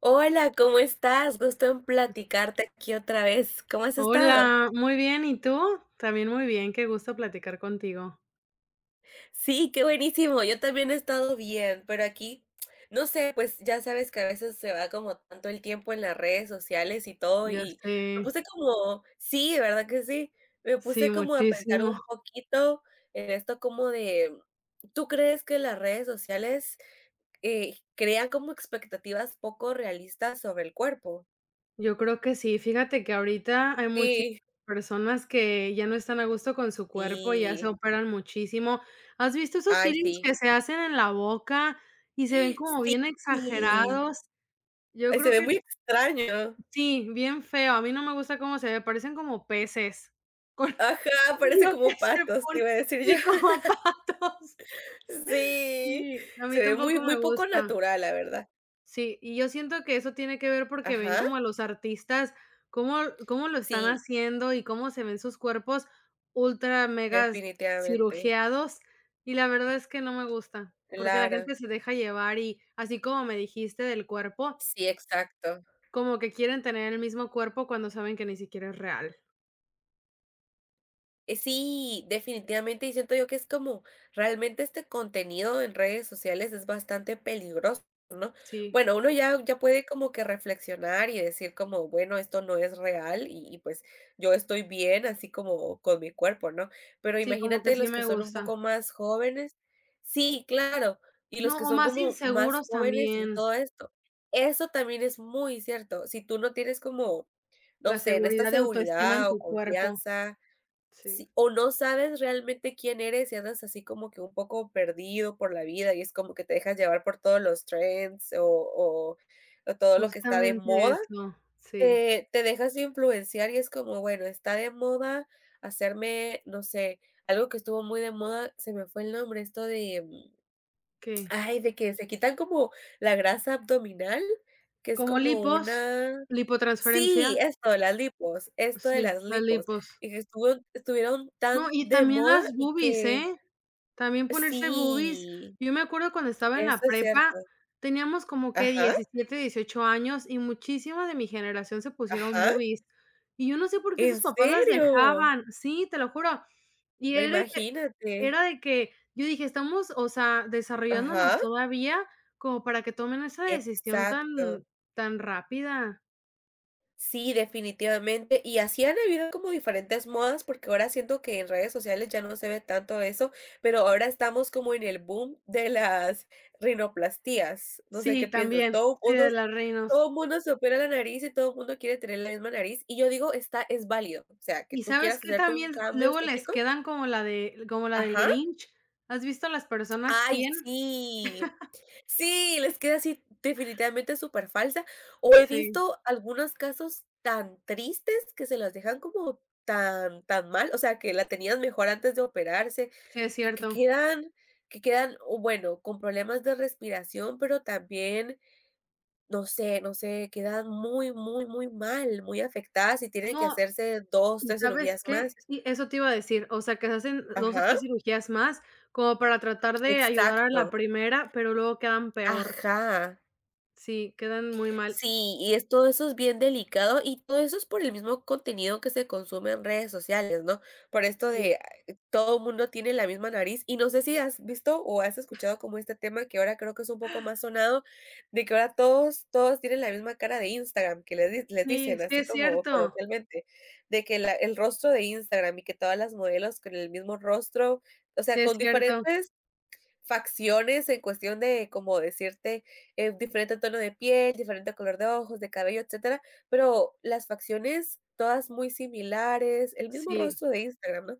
Hola, ¿cómo estás? Gusto en platicarte aquí otra vez. ¿Cómo has estado? Hola, muy bien, ¿y tú? También muy bien, qué gusto platicar contigo. Sí, qué buenísimo. Yo también he estado bien, pero aquí, no sé, pues ya sabes que a veces se va como tanto el tiempo en las redes sociales y todo, Ya y sé, me puse como, sí, ¿verdad que sí? Me sí, puse como a pensar muchísimo. un poquito en esto como de, ¿tú crees que las redes sociales crean como expectativas poco realistas sobre el cuerpo? Yo creo que sí, fíjate que ahorita hay muchísimas Sí, personas que ya no están a gusto con su cuerpo, ya se sí, operan muchísimo. ¿Has visto esos fillings sí. que se hacen en la boca y se ven como Sí, bien exagerados? Yo ay, se creo ve que muy extraño. sí, bien feo. A mí no me gusta cómo se ve, parecen como peces con Ajá, parece lo que como se patos, te ponen iba a decir yo. y como patos. Sí, Sí, a se mí ve muy tampoco muy me poco gusta. natural, la verdad. Sí, y yo siento que eso tiene que ver porque ven Ajá, como a los artistas, cómo cómo lo están sí, haciendo y cómo se ven sus cuerpos ultra megas definitivamente, cirugiados, y la verdad es que no me gusta, porque la claro. gente se deja llevar y así como me dijiste del cuerpo, Sí, exacto. como que quieren tener el mismo cuerpo cuando saben que ni siquiera es real. Sí, definitivamente, y siento yo que es como realmente este contenido en redes sociales es bastante peligroso, ¿no? Sí, Bueno, uno ya, ya puede como que reflexionar y decir como, bueno, esto no es real y pues yo estoy bien así como con mi cuerpo, ¿no? Pero sí, como que imagínate sí los que me son un gusta. poco más jóvenes. Sí, claro, y los que No, o son más como más inseguros jóvenes y también, todo esto. Eso también es muy cierto. Si tú no tienes como, no la sé, en esta seguridad de autoestima en seguridad o tu cuerpo. confianza. Sí. Sí, o no sabes realmente quién eres y andas así como que un poco perdido por la vida y es como que te dejas llevar por todos los trends o o todo lo que está de Justamente moda, eso, sí, te dejas influenciar y es como, bueno, está de moda hacerme, no sé, algo que estuvo muy de moda, se me fue el nombre, esto de, que ay, de que se quitan como la grasa abdominal, que es como como lipos, una sí, lipotransferencia, esto de las lipos, esto de sí, las las lipos, lipos. y que estuvo estuvieron No, tan y de también moda las y boobies, que ¿eh? También ponerse boobies. sí, Yo me acuerdo cuando estaba en eso la es prepa, cierto. teníamos como que Ajá, 17 18 años y muchísima de mi generación se pusieron ajá, boobies. Y yo no sé por qué sus ¿en papás las serio? dejaban, sí, te lo juro. Y Ve, era que imagínate. era de que yo dije: "Estamos, o sea, desarrollándonos Ajá, todavía como para que tomen esa decisión tan exacto. tan rápida". Sí, definitivamente. Y así han habido como diferentes modas, porque ahora siento que en redes sociales ya no se ve tanto eso, pero ahora estamos como en el boom de las rinoplastías. No sé Sí, qué piensas. también. Sí, de las Reinos. Todo mundo se opera la nariz y todo el mundo quiere tener la misma nariz. Y yo digo, está, es válido. O sea, que ¿Y tú sabes quieras que hacerte un también? cambio Luego les estético. quedan como la de como la del Ajá. Grinch. ¿Has visto las personas Ay, quién? sí. Sí, les queda así definitivamente súper falsa. O he Sí, visto algunos casos tan tristes que se las dejan como tan tan mal, o sea, que la tenían mejor antes de operarse, sí, es y cierto. Que quedan, o bueno, con problemas de respiración, pero también, no sé, quedan muy, muy, muy mal, muy afectadas y tienen que No, hacerse 2 ¿y 3 sabes cirugías qué? más. Sí, eso te iba a decir, o sea, que se hacen 2 o Ajá, 3 cirugías más como para tratar de ayudar a la exacto. primera, pero luego quedan peor. Ajá. Sí, quedan muy mal. Sí, y es todo eso es bien delicado y todo eso es por el mismo contenido que se consume en redes sociales, ¿no? Por esto Sí. de ah, todo el mundo tiene la misma nariz y no sé si has visto o has escuchado como este tema que ahora creo que es un poco más sonado, de que ahora todos, todos tienen la misma cara de Instagram, que les, les Sí, dicen sí así es como cierto, coloquialmente, de que el rostro de Instagram y que todas las modelos con el mismo rostro, o sí sea, es con cierto. diferentes facciones en cuestión de, como decirte, diferente tono de piel, diferente color de ojos, de cabello, etcétera, pero las facciones todas muy similares, el mismo Sí, rostro de Instagram, ¿no?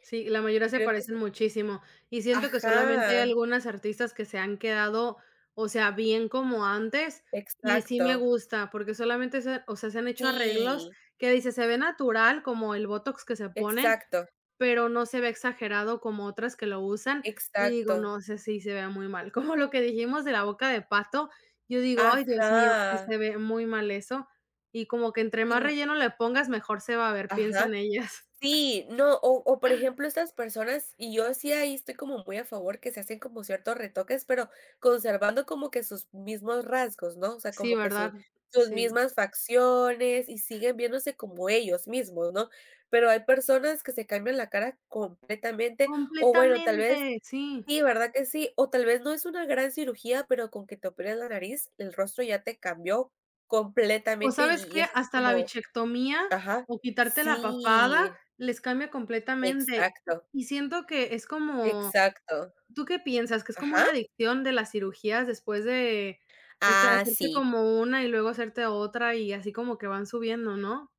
sí, la mayoría se Creo que es parecen muchísimo. Y siento que solamente hay ajá, algunas artistas que se han quedado, o sea, bien como antes, y sí me exacto. gusta, porque solamente se o sea, se han hecho arreglos Sí, que dice se ve natural, como el botox que se ponen, exacto, pero no se ve exagerado como otras que lo usan, y digo, exacto. no sé si se vea muy mal. Como lo que dijimos de la boca de pato, yo digo: "Ay, Dios mío, sí Ajá, se ve muy mal eso", y como que entre y más n relleno le pongas, mejor se va a ver, piensan ajá. ellas. Sí, no, o, por ejemplo, estas personas, y yo sí ahí estoy como muy a favor que se hacen como ciertos retoques, pero conservando como que sus mismos rasgos, ¿no? O sea, Sí, como que sus ¿verdad? sus Sí. mismas facciones y siguen viéndose como ellos mismos, ¿no? Pero hay personas que se cambian la cara completamente, o bueno, tal vez Completamente, sí. sí, ¿verdad que sí? O tal vez no es una gran cirugía, pero con que te operen la nariz, el rostro ya te cambió O, completamente ¿sabes y qué? es así Hasta la como bichectomía, ajá, o quitarte la papada, sí. les cambia completamente, Exacto, y siento que es como exacto. ¿tú qué piensas? ¿Que es como Ajá. una adicción de las cirugías después de esta Ah, hacerte sí. como una y luego hacerte otra y así como que van subiendo, no?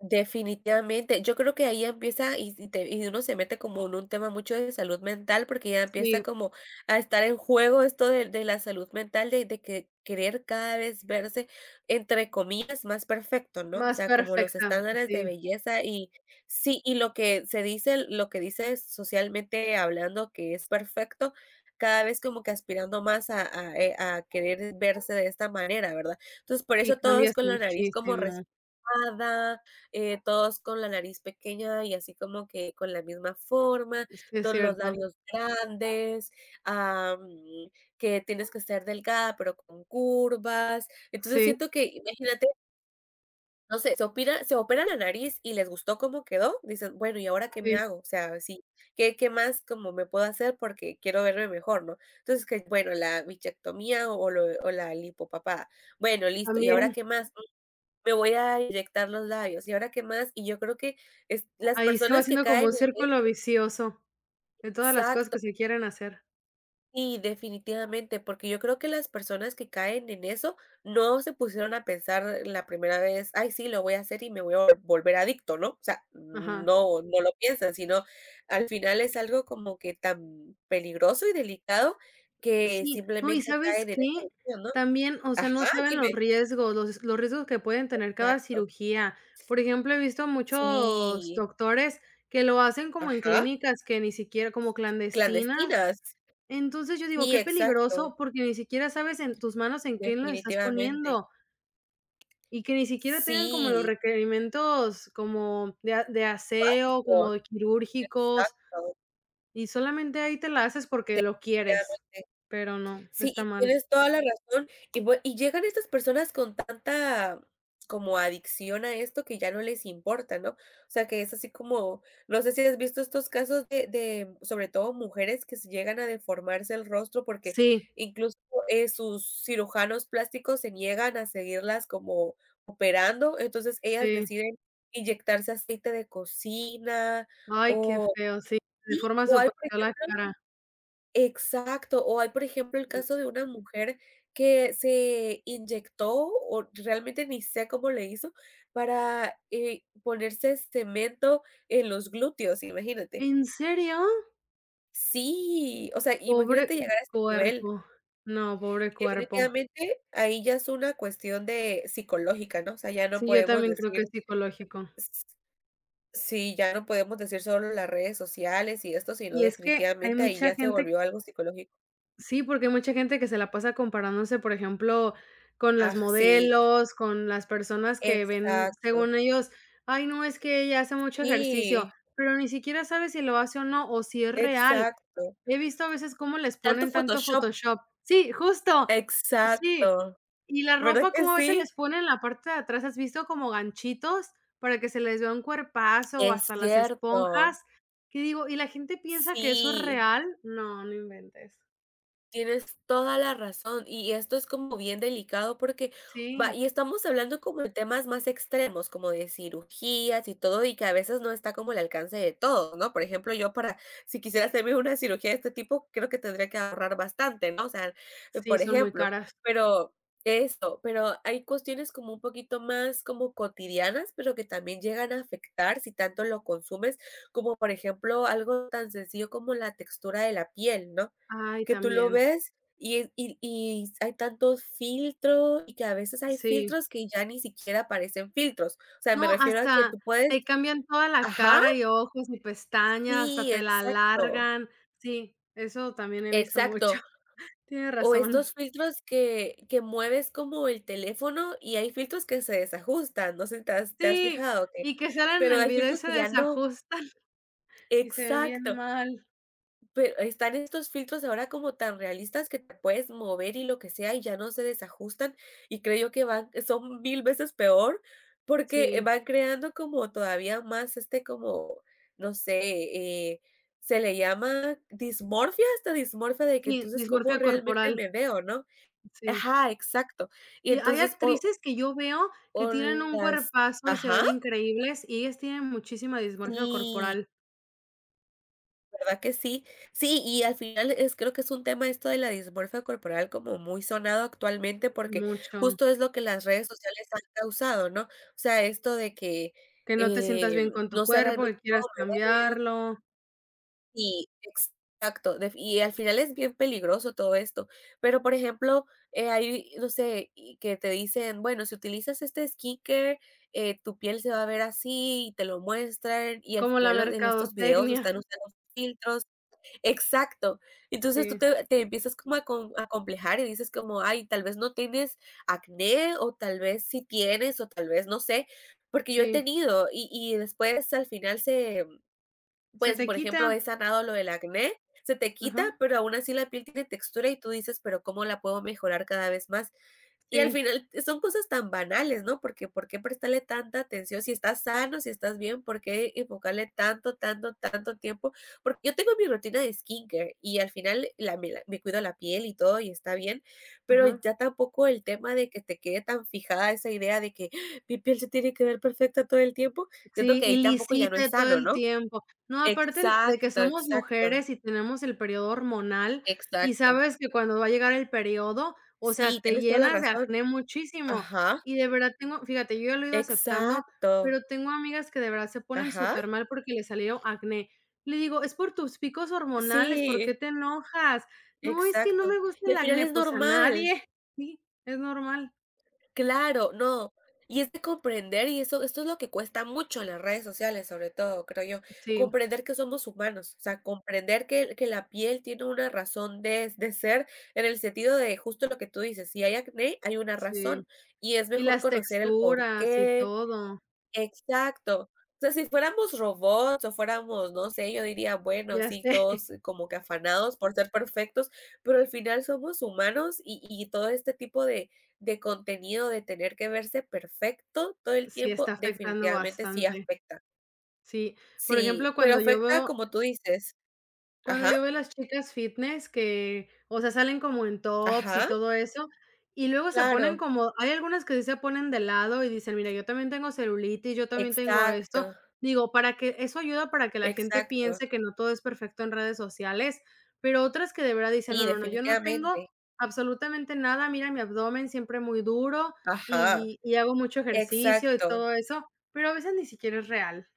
Definitivamente, yo creo que ahí empieza y te y uno se mete como en un tema mucho de salud mental, porque ya Sí, empieza como a estar en juego esto de la salud mental, de que querer cada vez verse, entre comillas, más perfecto, ¿no? O más sea, como los perfecta, estándares de sí, belleza y sí, y lo que se dice lo que dice socialmente hablando que es perfecto, cada vez como que aspirando más a, a querer verse de esta manera, ¿verdad? Entonces, por y eso todos cambias con la nariz como muchísimo. papada, todos con la nariz pequeña y así como que con la misma forma, Sí, es con los cierto. labios grandes, am, que tienes que ser delgada, pero con curvas. Entonces Sí, siento que, imagínate, no sé, se opera la nariz y les gustó cómo quedó, dicen: "Bueno, ¿y ahora qué me sí, hago?". O sea, sí, ¿qué más como me puedo hacer porque quiero verme mejor, ¿no? Entonces que, bueno, la bichectomía o la lipopapada. Bueno, listo, ¿y ahora también. qué más? Me voy a inyectar los labios, ¿y ahora qué más? Y yo creo que es las Ahí se va personas que haciendo caen como un en círculo eso vicioso de todas las cosas exacto, que se quieren hacer. sí, definitivamente, porque yo creo que las personas que caen en eso no se pusieron a pensar la primera vez: "Ay, sí, lo voy a hacer y me voy a volver adicto", ¿no? O sea, Ajá. no lo piensan, sino al final es algo como que tan peligroso y delicado que Sí, no, ¿y simplemente sabes caen en qué? esa adicción, ¿no? También, o sea, no Ajá, saben los dime. riesgos, los riesgos que pueden tener cada Exacto. cirugía. Por ejemplo, he visto muchos Sí, doctores que lo hacen como en ajá, clínicas que ni siquiera como clandestinas. clandestinas. Entonces, yo digo, Sí, qué exacto, peligroso, porque ni siquiera sabes en tus manos en qué lo estás definitivamente. poniendo, y que ni siquiera tienen como los Sí, requerimientos como de aseo, básicos, como de quirúrgicos, exacto, y solamente ahí te la haces porque lo quieres, definitivamente. pero no, Sí, está y mal. tienes toda la razón. Y bue y llegan estas personas con tanta como adicción a esto que ya no les importa, ¿no? O sea, que es así como, no sé si has visto estos casos de, sobre todo mujeres que se llegan a deformarse el rostro porque Sí. incluso, sus cirujanos plásticos se niegan a seguirlas como operando, entonces ellas Sí. deciden inyectarse aceite de cocina Ay, qué o feo, sí, de sí, forma o hay, súper fea la cara. exacto, o hay, por ejemplo, el caso de una mujer que se inyectó, o realmente ni sé cómo le hizo, para, ponerse cemento en los glúteos, imagínate. ¿En serio? Sí, o sea, Pobre imagínate llegar a ese nivel. cuerpo. No, pobre Y cuerpo. definitivamente ahí ya es una cuestión de psicológica, ¿no? O sea, ya no Sí, yo podemos también creo que decir es psicológico. s sí, ya no podemos decir solo las redes sociales y esto, sino Y es que hay definitivamente ahí mucha ya se gente volvió algo psicológico. sí, porque hay mucha gente que se la pasa comparándose, por ejemplo, con las Ah, sí, modelos, con las personas que ven, exacto. según ellos, ay, no, es que ella hace mucho ejercicio, Sí, pero ni siquiera sabe si lo hace o no, o si es real. exacto. He visto a veces cómo les Tanto ponen tanto Photoshop. Photoshop. Sí, justo, sí. Exacto. Y la ¿Verdad ropa, que cómo a veces sí? les ponen en la parte de atrás, ¿has visto como ganchitos para que se les vea un cuerpazo o Es hasta las cierto. esponjas? Que digo, ¿y la gente piensa que eso es Sí. real? No, no inventes. Tienes toda la razón, y esto es como bien delicado porque va Sí, y estamos hablando como de temas más extremos, como de cirugías y todo, y que a veces no está como el alcance de todos, ¿no? Por ejemplo, yo para si quisiera hacerme una cirugía de este tipo, creo que tendría que ahorrar bastante, ¿no? O sea, sí, por son muy ejemplo, caras. pero eso, pero hay cuestiones como un poquito más como cotidianas, pero que también llegan a afectar si tanto lo consumes, como por ejemplo, algo tan sencillo como la textura de la piel, ¿no? Ay, Que tú lo también. ves y hay tantos filtros, y que a veces hay Sí. filtros que ya ni siquiera parecen filtros. O sea, me No, refiero a que hasta tú puedes te cambian toda la ajá, cara y ojos y pestañas, hasta sí, te la exacto, alargan. Sí, eso también he visto mucho. exacto. Tienes O razón. estos filtros que mueves como el teléfono y hay filtros que se desajustan, no sé si te has Sí, fijado que y que salen pero en el hay video y filtros se que ya no. desajustan y se ven bien Exacto. mal. Pero están estos filtros ahora como tan realistas que te puedes mover y lo que sea, y ya no se desajustan, y creo yo que van son 1000 veces peor, porque, Sí, van creando como todavía más, este, como, no sé, eh, se le llama dismorfia, esta dismorfia, de que sí, entonces, ¿cómo dismorfia realmente corporal, me veo, no? sí. Ajá, exacto. Y Y hay entonces, o actrices que yo veo que o tienen un las cuerpazo y se ajá, ven increíbles, y ellas tienen muchísima dismorfia sí. corporal, ¿Verdad que sí? Sí, y al final es creo que es un tema esto de la dismorfia corporal como muy sonado actualmente, porque mucho. justo es lo que las redes sociales han causado, ¿no? O sea, esto de que, Que no te sientas bien con tu no sé cuerpo, realmente que cómo quieras me veo cambiarlo, y exacto, def y al final es bien peligroso todo esto. Pero, por ejemplo, hay, no sé, y que te dicen: "Bueno, si utilizas este skincare, tu piel se va a ver así", y te lo muestran, y al como la final los en estos videos mercadotecnia. están usando filtros exacto. Entonces tú Sí, te empiezas como a complejar y dices como: "Ay, tal vez no tienes acné o tal vez sí tienes o tal vez no sé", porque yo he sí. tenido y después al final se Se pues, te por ejemplo, quita. he sanado lo del acné, se te quita, Ajá. pero aún así la piel tiene textura y tú dices: "Pero, ¿cómo la puedo mejorar cada vez más?". Y al Sí, final son cosas tan banales, ¿no? Porque ¿por qué prestarle tanta atención si estás sano, si estás bien? ¿Por qué enfocarle tanto, tanto, tanto tiempo? Porque yo tengo mi rutina de skincare y al final me cuido la piel y todo y está bien, pero ajá. ya tampoco el tema de que te quede tan fijada esa idea de que "Ah, mi piel se tiene que ver perfecta todo el tiempo, siento Sí, que ahí tampoco ya no es ilicite todo sano, el ¿no? tiempo. No, aparte el de que Exacto, somos exacto, mujeres y tenemos el periodo hormonal, y exacto. sabes que cuando va a llegar el periodo, o sea, Sí, te tienes toda la llenas de razón. acné muchísimo. Ajá, Y de verdad tengo fíjate, yo ya lo he ido aceptando, exacto. pero tengo amigas que de verdad se ponen Ajá. súper mal porque le salió acné. Le digo: "Es por tus picos hormonales, ¿por Sí, qué te enojas?". "No, es que no exacto. me gusta Y el al final acné", es pues a normal, nadie. Sí, es normal. claro, no. Y es de comprender, y eso, esto es lo que cuesta mucho en las redes sociales, sobre todo, creo yo, Sí, comprender que somos humanos, o sea, comprender que la piel tiene una razón de ser, en el sentido de justo lo que tú dices, si hay acné, hay una sí. razón, y es Y mejor las conocer el por texturas y qué, todo. exacto. O sea, si fuéramos robots o fuéramos, no sé, yo diría, bueno, Ya sí, sé, todos como que afanados por ser perfectos, pero al final somos humanos y todo este tipo de contenido de tener que verse perfecto todo el sí está tiempo, afectando definitivamente sí bastante. afecta. Sí, por Sí, ejemplo, pero cuando yo afecta veo como tú dices. cuando Ajá, yo veo las chicas fitness que, o sea, salen como en tops y ajá, todo eso, y luego se ponen claro. como hay algunas que sí se ponen de lado y dicen: "Mira, yo también tengo celulitis, yo también tengo Exacto, esto". Digo, para que eso ayuda para que la gente exacto. piense que no todo es perfecto en redes sociales, pero otras que de verdad dicen: Sí, "No, no, no, yo no tengo definitivamente. absolutamente nada, mira mi abdomen siempre muy duro Ajá, y hago mucho ejercicio y exacto. todo eso", pero a veces ni siquiera es real.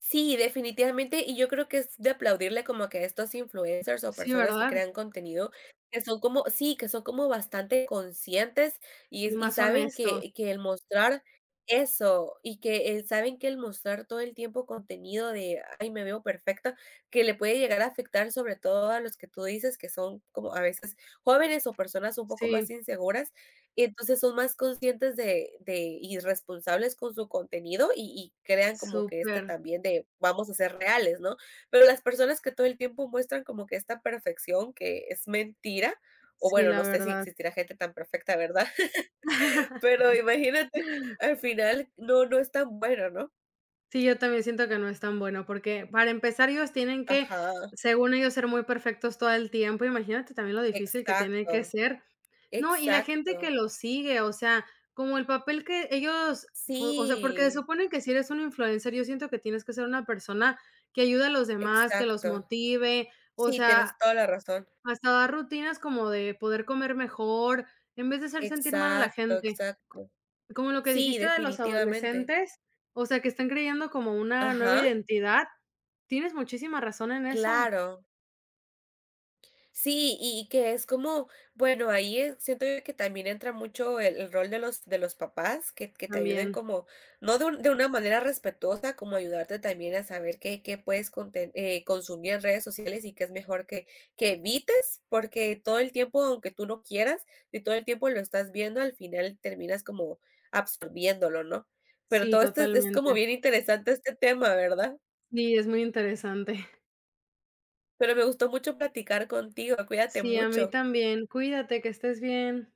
Sí, definitivamente, y yo creo que es de aplaudirle como que a estos influencers o Sí, personas que ¿verdad? crean contenido que son como sí, que son como bastante conscientes y Y es y más saben honestos, que el mostrar eso, y que, saben que el mostrar todo el tiempo contenido de: "Ay, me veo perfecta", que le puede llegar a afectar sobre todo a los que tú dices que son como a veces jóvenes o personas un poco más sí. inseguras, y entonces son más conscientes de y responsables con su contenido y crean como que este Súper. también de vamos a ser reales, ¿no? Pero las personas que todo el tiempo muestran como que esta perfección que es mentira, o Sí, bueno, la no sé si verdad. existirá gente tan perfecta, ¿verdad? Pero imagínate, al final no es tan bueno, ¿no? Sí, yo también siento que no es tan bueno, porque para empezar, ellos tienen que, Ajá, según ellos, ser muy perfectos todo el tiempo. Imagínate también lo difícil que tiene que exacto, ser. No, y la gente exacto. que los sigue, o sea, como el papel que ellos, fu o sea, porque se Sí, supone que si eres un influencer, yo siento que tienes que ser una persona que ayude a los demás, que los exacto. motive, o Sí, sea, tienes toda la razón. hasta dar rutinas como de poder comer mejor, en vez de hacer sentir mal a la Exacto, gente. exacto. Como lo que Sí, dijiste de los definitivamente. adolescentes, o sea, que están creyendo como una nueva Ajá, identidad. Tienes muchísima razón en eso, claro. Sí, y que es como, bueno, ahí es siento yo que también entra mucho el rol de los papás, que te ayuden también. como, no de un de una manera respetuosa, como ayudarte también a saber qué puedes conten consumir en redes sociales y qué es mejor que evites, porque todo el tiempo, aunque tú no quieras, y todo el tiempo lo estás viendo, al final terminas como absorbiéndolo, ¿no? Pero Sí, todo esto es como totalmente. bien interesante este tema, ¿verdad? Sí, es muy interesante. Pero me gustó mucho platicar contigo, cuídate Sí, a mí mucho. también. Cuídate, que estés bien.